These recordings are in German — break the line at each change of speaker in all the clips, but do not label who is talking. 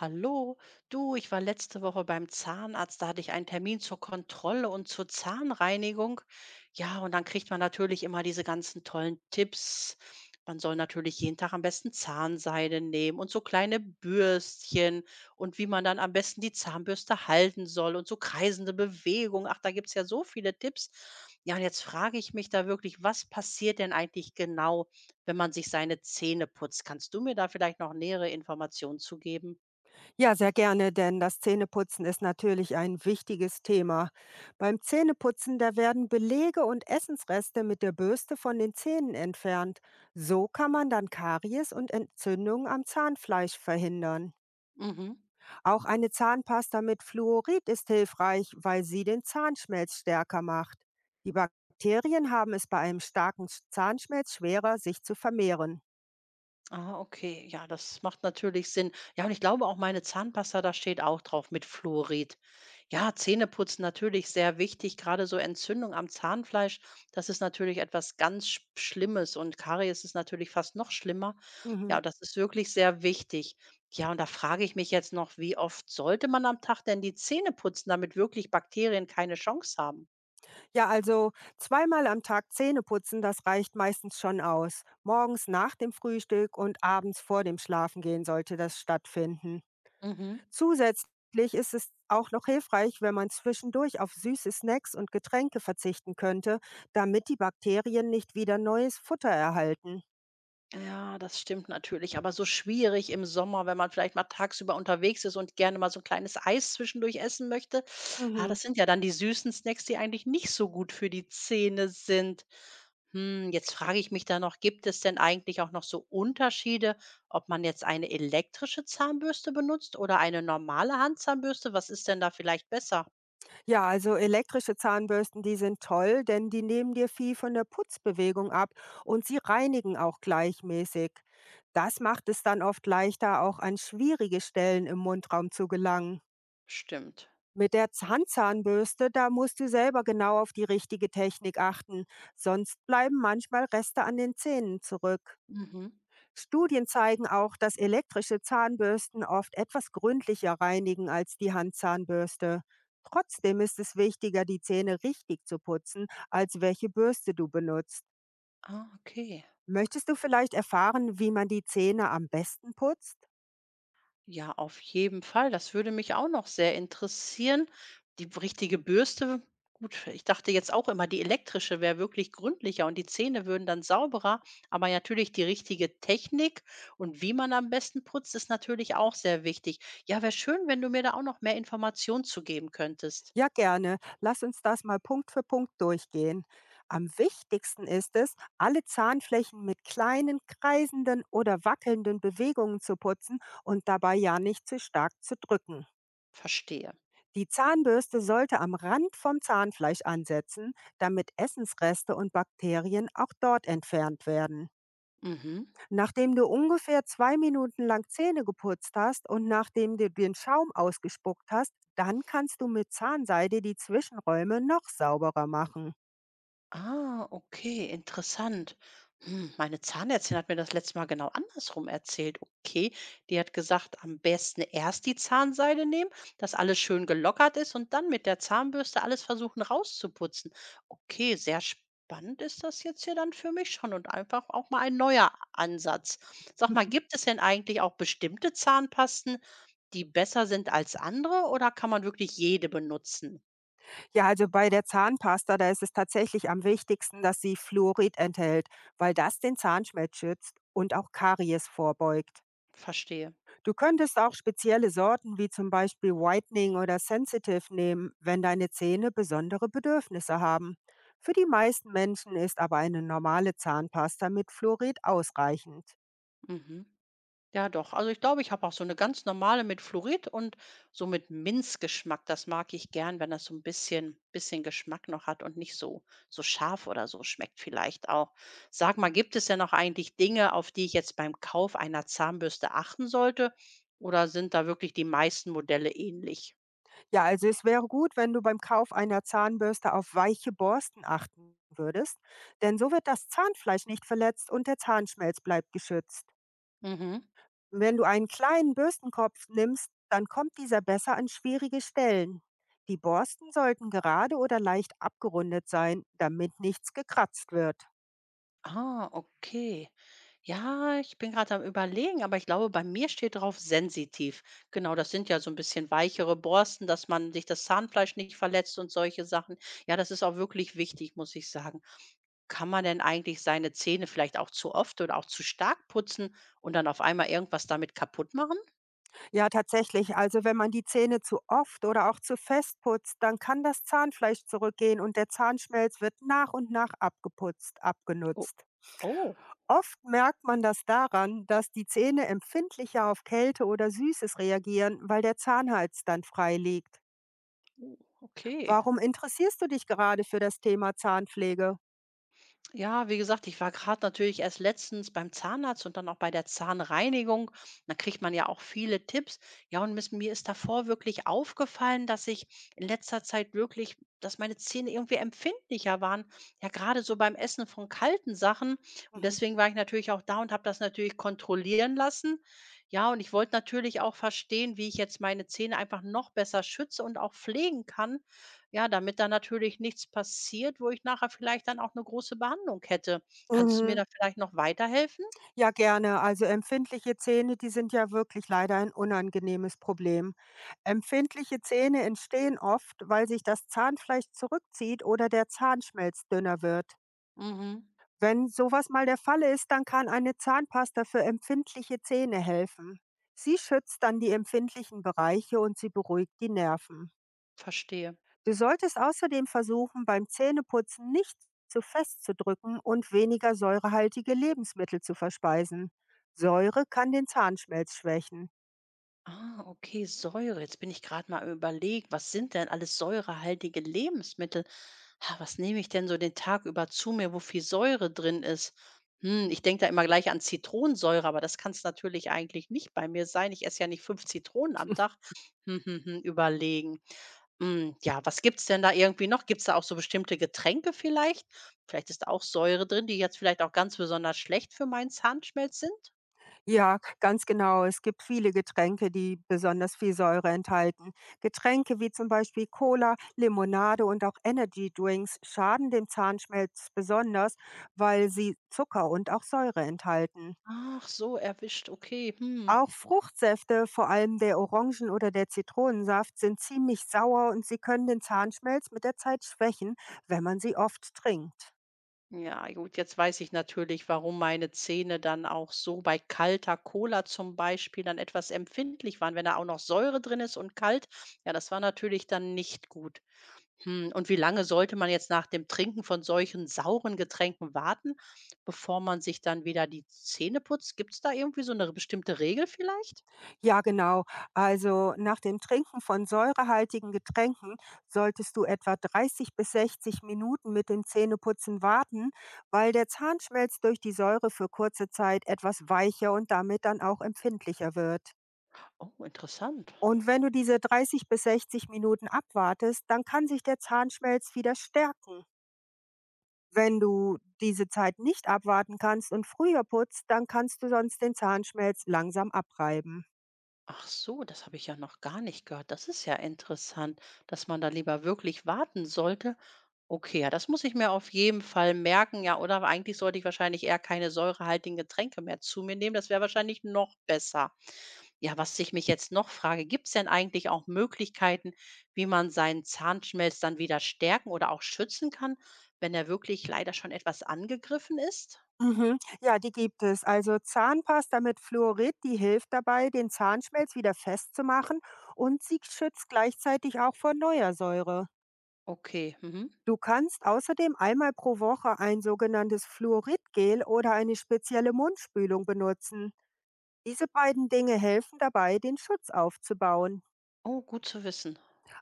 Hallo, du, ich war letzte Woche beim Zahnarzt, da hatte ich einen Termin zur Kontrolle und zur Zahnreinigung. Ja, und dann kriegt man natürlich immer diese ganzen tollen Tipps. Man soll natürlich jeden Tag am besten Zahnseide nehmen und so kleine Bürstchen und wie man dann am besten die Zahnbürste halten soll und so kreisende Bewegungen. Ach, da gibt es ja so viele Tipps. Ja, und jetzt frage ich mich da wirklich, was passiert denn eigentlich genau, wenn man sich seine Zähne putzt? Kannst du mir da vielleicht noch nähere Informationen zu geben?
Ja, sehr gerne, denn das Zähneputzen ist natürlich ein wichtiges Thema. Beim Zähneputzen, da werden Belege und Essensreste mit der Bürste von den Zähnen entfernt. So kann man dann Karies und Entzündungen am Zahnfleisch verhindern.
Mhm.
Auch eine Zahnpasta mit Fluorid ist hilfreich, weil sie den Zahnschmelz stärker macht. Die Bakterien haben es bei einem starken Zahnschmelz schwerer, sich zu vermehren.
Ah, okay. Ja, das macht natürlich Sinn. Ja, und ich glaube auch meine Zahnpasta, da steht auch drauf mit Fluorid. Ja, Zähneputzen natürlich sehr wichtig. Gerade so Entzündung am Zahnfleisch, das ist natürlich etwas ganz Schlimmes und Karies ist natürlich fast noch schlimmer.
Mhm.
Ja, das ist wirklich sehr wichtig. Ja, und da frage ich mich jetzt noch, wie oft sollte man am Tag denn die Zähne putzen, damit wirklich Bakterien keine Chance haben?
Ja, also zweimal am Tag Zähne putzen, das reicht meistens schon aus. Morgens nach dem Frühstück und abends vor dem Schlafengehen sollte das stattfinden.
Mhm.
Zusätzlich ist es auch noch hilfreich, wenn man zwischendurch auf süße Snacks und Getränke verzichten könnte, damit die Bakterien nicht wieder neues Futter erhalten.
Ja, das stimmt natürlich, aber so schwierig im Sommer, wenn man vielleicht mal tagsüber unterwegs ist und gerne mal so ein kleines Eis zwischendurch essen möchte. Ah,
Mhm.
das sind ja dann die süßen Snacks, die eigentlich nicht so gut für die Zähne sind. Hm, jetzt frage ich mich da noch, gibt es denn eigentlich auch noch so Unterschiede, ob man jetzt eine elektrische Zahnbürste benutzt oder eine normale Handzahnbürste? Was ist denn da vielleicht besser?
Ja, also elektrische Zahnbürsten, die sind toll, denn die nehmen dir viel von der Putzbewegung ab und sie reinigen auch gleichmäßig. Das macht es dann oft leichter, auch an schwierige Stellen im Mundraum zu gelangen.
Stimmt.
Mit der Handzahnbürste, da musst du selber genau auf die richtige Technik achten, sonst bleiben manchmal Reste an den Zähnen zurück.
Mhm.
Studien zeigen auch, dass elektrische Zahnbürsten oft etwas gründlicher reinigen als die Handzahnbürste. Trotzdem ist es wichtiger, die Zähne richtig zu putzen, als welche Bürste du benutzt.
Ah, okay.
Möchtest du vielleicht erfahren, wie man die Zähne am besten putzt?
Ja, auf jeden Fall. Das würde mich auch noch sehr interessieren. Die b richtige Bürste, gut, ich dachte jetzt auch immer, die elektrische wäre wirklich gründlicher und die Zähne würden dann sauberer, aber natürlich die richtige Technik und wie man am besten putzt, ist natürlich auch sehr wichtig. Ja, wäre schön, wenn du mir da auch noch mehr Informationen zu geben könntest.
Ja, gerne. Lass uns das mal Punkt für Punkt durchgehen. Am wichtigsten ist es, alle Zahnflächen mit kleinen, kreisenden oder wackelnden Bewegungen zu putzen und dabei ja nicht zu stark zu drücken.
Verstehe.
Die Zahnbürste sollte am Rand vom Zahnfleisch ansetzen, damit Essensreste und Bakterien auch dort entfernt werden.
Mhm.
Nachdem du ungefähr 2 Minuten lang Zähne geputzt hast und nachdem du den Schaum ausgespuckt hast, dann kannst du mit Zahnseide die Zwischenräume noch sauberer machen.
Ah, okay, interessant. Hm, meine Zahnärztin hat mir das letzte Mal genau andersrum erzählt. Okay, die hat gesagt, am besten erst die Zahnseide nehmen, dass alles schön gelockert ist und dann mit der Zahnbürste alles versuchen rauszuputzen. Okay, sehr spannend ist das jetzt hier dann für mich schon und einfach auch mal ein neuer Ansatz. Sag mal,
Mhm.
gibt es denn eigentlich auch bestimmte Zahnpasten, die besser sind als andere oder kann man wirklich jede benutzen?
Ja, also bei der Zahnpasta, da ist es tatsächlich am wichtigsten, dass sie Fluorid enthält, weil das den Zahnschmelz schützt und auch Karies vorbeugt.
Verstehe.
Du könntest auch spezielle Sorten wie zum Beispiel Whitening oder Sensitive nehmen, wenn deine Zähne besondere Bedürfnisse haben. Für die meisten Menschen ist aber eine normale Zahnpasta mit Fluorid ausreichend.
Mhm. Ja, doch. Also ich glaube, ich habe auch so eine ganz normale mit Fluorid und so mit Minzgeschmack. Das mag ich gern, wenn das so ein bisschen Geschmack noch hat und nicht so scharf oder so schmeckt vielleicht auch. Sag mal, gibt es denn noch eigentlich Dinge, auf die ich jetzt beim Kauf einer Zahnbürste achten sollte, oder sind da wirklich die meisten Modelle ähnlich?
Ja, also es wäre gut, wenn du beim Kauf einer Zahnbürste auf weiche Borsten achten würdest, denn so wird das Zahnfleisch nicht verletzt und der Zahnschmelz bleibt geschützt.
Mhm.
Wenn du einen kleinen Bürstenkopf nimmst, dann kommt dieser besser an schwierige Stellen. Die Borsten sollten gerade oder leicht abgerundet sein, damit nichts gekratzt wird.
Ah, okay. Ja, ich bin gerade am Überlegen, aber ich glaube, bei mir steht drauf sensitiv. Genau, das sind ja so ein bisschen weichere Borsten, dass man sich das Zahnfleisch nicht verletzt und solche Sachen. Ja, das ist auch wirklich wichtig, muss ich sagen. Kann man denn eigentlich seine Zähne vielleicht auch zu oft oder auch zu stark putzen und dann auf einmal irgendwas damit kaputt machen?
Ja, tatsächlich, also wenn man die Zähne zu oft oder auch zu fest putzt, dann kann das Zahnfleisch zurückgehen und der Zahnschmelz wird nach und nach abgeputzt,
O
abgenutzt.
oh,
Oft merkt man das daran, dass die Zähne empfindlicher auf Kälte oder Süßes reagieren, weil der Zahnhals dann frei liegt.
okay.
Warum interessierst du dich gerade für das Thema Zahnpflege?
Ja, wie gesagt, ich war gerade natürlich erst letztens beim Zahnarzt und dann auch bei der Zahnreinigung. Da kriegt man ja auch viele Tipps. Ja, und mir ist davor wirklich aufgefallen, dass ich in letzter Zeit wirklich, dass meine Zähne irgendwie empfindlicher waren. Ja, gerade so beim Essen von kalten Sachen. Und
Mhm.
deswegen war ich natürlich auch da und habe das natürlich kontrollieren lassen. Ja, und ich wollte natürlich auch verstehen, wie ich jetzt meine Zähne einfach noch besser schütze und auch pflegen kann. Ja, damit da natürlich nichts passiert, wo ich nachher vielleicht dann auch eine große Behandlung hätte. Kannst du mir
Mhm.
da vielleicht noch weiterhelfen?
Ja, gerne. Also empfindliche Zähne, die sind ja wirklich leider ein unangenehmes Problem. Empfindliche Zähne entstehen oft, weil sich das Zahnfleisch zurückzieht oder der Zahnschmelz dünner wird.
Mhm.
Wenn sowas mal der Fall ist, dann kann eine Zahnpasta für empfindliche Zähne helfen. Sie schützt dann die empfindlichen Bereiche und sie beruhigt die Nerven.
Verstehe.
Du solltest außerdem versuchen, beim Zähneputzen nicht zu fest zu drücken und weniger säurehaltige Lebensmittel zu verspeisen. Säure kann den Zahnschmelz schwächen.
Ah, okay, Säure. Jetzt bin ich gerade mal überlegt, was sind denn alles säurehaltige Lebensmittel? Ha, was nehme ich denn so den Tag über zu mir, wo viel Säure drin ist? Hm, ich denke da immer gleich an Zitronensäure, aber das kann es natürlich eigentlich nicht bei mir sein. Ich esse ja nicht 5 Zitronen am Tag. Überlegen. Hm, ja, was gibt's denn da irgendwie noch? Gibt's da auch so bestimmte Getränke vielleicht? Vielleicht ist da auch Säure drin, die jetzt vielleicht auch ganz besonders schlecht für meinen Zahnschmelz sind?
Ja, ganz genau. Es gibt viele Getränke, die besonders viel Säure enthalten. Getränke wie zum Beispiel Cola, Limonade und auch Energy Drinks schaden dem Zahnschmelz besonders, weil sie Zucker und auch Säure enthalten.
Ach so, erwischt, okay, mhm.
Auch Fruchtsäfte, vor allem der Orangen- oder der Zitronensaft, sind ziemlich sauer und sie können den Zahnschmelz mit der Zeit schwächen, wenn man sie oft trinkt.
Ja, gut, jetzt weiß ich natürlich, warum meine Zähne dann auch so bei kalter Cola zum Beispiel dann etwas empfindlich waren, wenn da auch noch Säure drin ist und kalt. Ja, das war natürlich dann nicht gut. Hm, und wie lange sollte man jetzt nach dem Trinken von solchen sauren Getränken warten, bevor man sich dann wieder die Zähne putzt? Gibt es da irgendwie so eine bestimmte Regel vielleicht?
Ja, genau. Also nach dem Trinken von säurehaltigen Getränken solltest du etwa 30 bis 60 Minuten mit dem Zähneputzen warten, weil der Zahnschmelz durch die Säure für kurze Zeit etwas weicher und damit dann auch empfindlicher wird.
Oh, interessant.
Und wenn du diese 30 bis 60 Minuten abwartest, dann kann sich der Zahnschmelz wieder stärken. Wenn du diese Zeit nicht abwarten kannst und früher putzt, dann kannst du sonst den Zahnschmelz langsam abreiben.
Ach so, das habe ich ja noch gar nicht gehört. Das ist ja interessant, dass man da lieber wirklich warten sollte. Okay, ja, das muss ich mir auf jeden Fall merken. Ja, oder eigentlich sollte ich wahrscheinlich eher keine säurehaltigen Getränke mehr zu mir nehmen. Das wäre wahrscheinlich noch besser. Ja, was ich mich jetzt noch frage, gibt es denn eigentlich auch Möglichkeiten, wie man seinen Zahnschmelz dann wieder stärken oder auch schützen kann, wenn er wirklich leider schon etwas angegriffen ist?
Mhm. Ja, die gibt es. Also Zahnpasta mit Fluorid, die hilft dabei, den Zahnschmelz wieder festzumachen und sie schützt gleichzeitig auch vor neuer Säure.
Okay, mhm.
Du kannst außerdem einmal pro Woche ein sogenanntes Fluoridgel oder eine spezielle Mundspülung benutzen. Diese beiden Dinge helfen dabei, den Schutz aufzubauen.
Oh, gut zu wissen.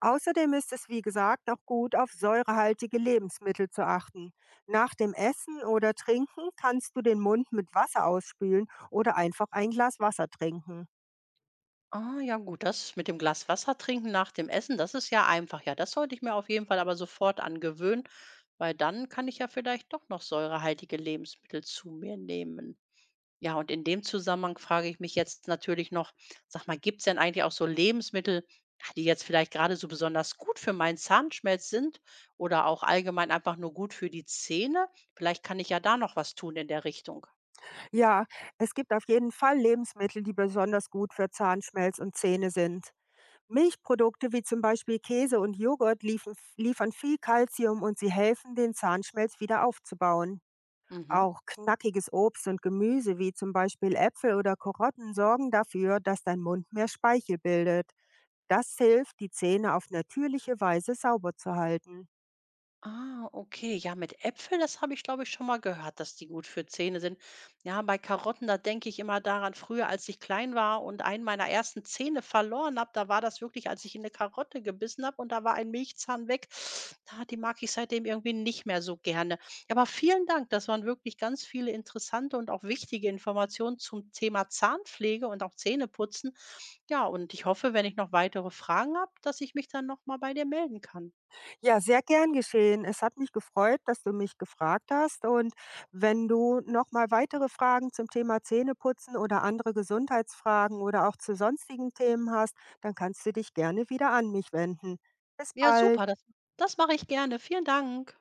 Außerdem ist es, wie gesagt, auch gut, auf säurehaltige Lebensmittel zu achten. Nach dem Essen oder Trinken kannst du den Mund mit Wasser ausspülen oder einfach ein Glas Wasser trinken.
Ah, ja gut, das mit dem Glas Wasser trinken nach dem Essen, das ist ja einfach. Ja, das sollte ich mir auf jeden Fall aber sofort angewöhnen, weil dann kann ich ja vielleicht doch noch säurehaltige Lebensmittel zu mir nehmen. Ja, und in dem Zusammenhang frage ich mich jetzt natürlich noch, sag mal, gibt es denn eigentlich auch so Lebensmittel, die jetzt vielleicht gerade so besonders gut für meinen Zahnschmelz sind oder auch allgemein einfach nur gut für die Zähne? Vielleicht kann ich ja da noch was tun in der Richtung.
Ja, es gibt auf jeden Fall Lebensmittel, die besonders gut für Zahnschmelz und Zähne sind. Milchprodukte wie zum Beispiel Käse und Joghurt liefen, liefern viel Kalzium und sie helfen, den Zahnschmelz wieder aufzubauen.
Mhm.
Auch knackiges Obst und Gemüse wie zum Beispiel Äpfel oder Karotten sorgen dafür, dass dein Mund mehr Speichel bildet. Das hilft, die Zähne auf natürliche Weise sauber zu halten.
Ah, okay. Ja, mit Äpfel, das habe ich, glaube ich, schon mal gehört, dass die gut für Zähne sind. Ja, bei Karotten, da denke ich immer daran, früher, als ich klein war und einen meiner ersten Zähne verloren habe, da war das wirklich, als ich in eine Karotte gebissen habe und da war ein Milchzahn weg. Ah, die mag ich seitdem irgendwie nicht mehr so gerne. Ja, aber vielen Dank, das waren wirklich ganz viele interessante und auch wichtige Informationen zum Thema Zahnpflege und auch Zähneputzen. Ja, und ich hoffe, wenn ich noch weitere Fragen habe, dass ich mich dann nochmal bei dir melden kann.
Ja, sehr gern geschehen. Es hat mich gefreut, dass du mich gefragt hast. Und wenn du nochmal weitere Fragen zum Thema Zähneputzen oder andere Gesundheitsfragen oder auch zu sonstigen Themen hast, dann kannst du dich gerne wieder an mich wenden. Bis
Ja,
bald.
super, das mache ich gerne. Vielen Dank.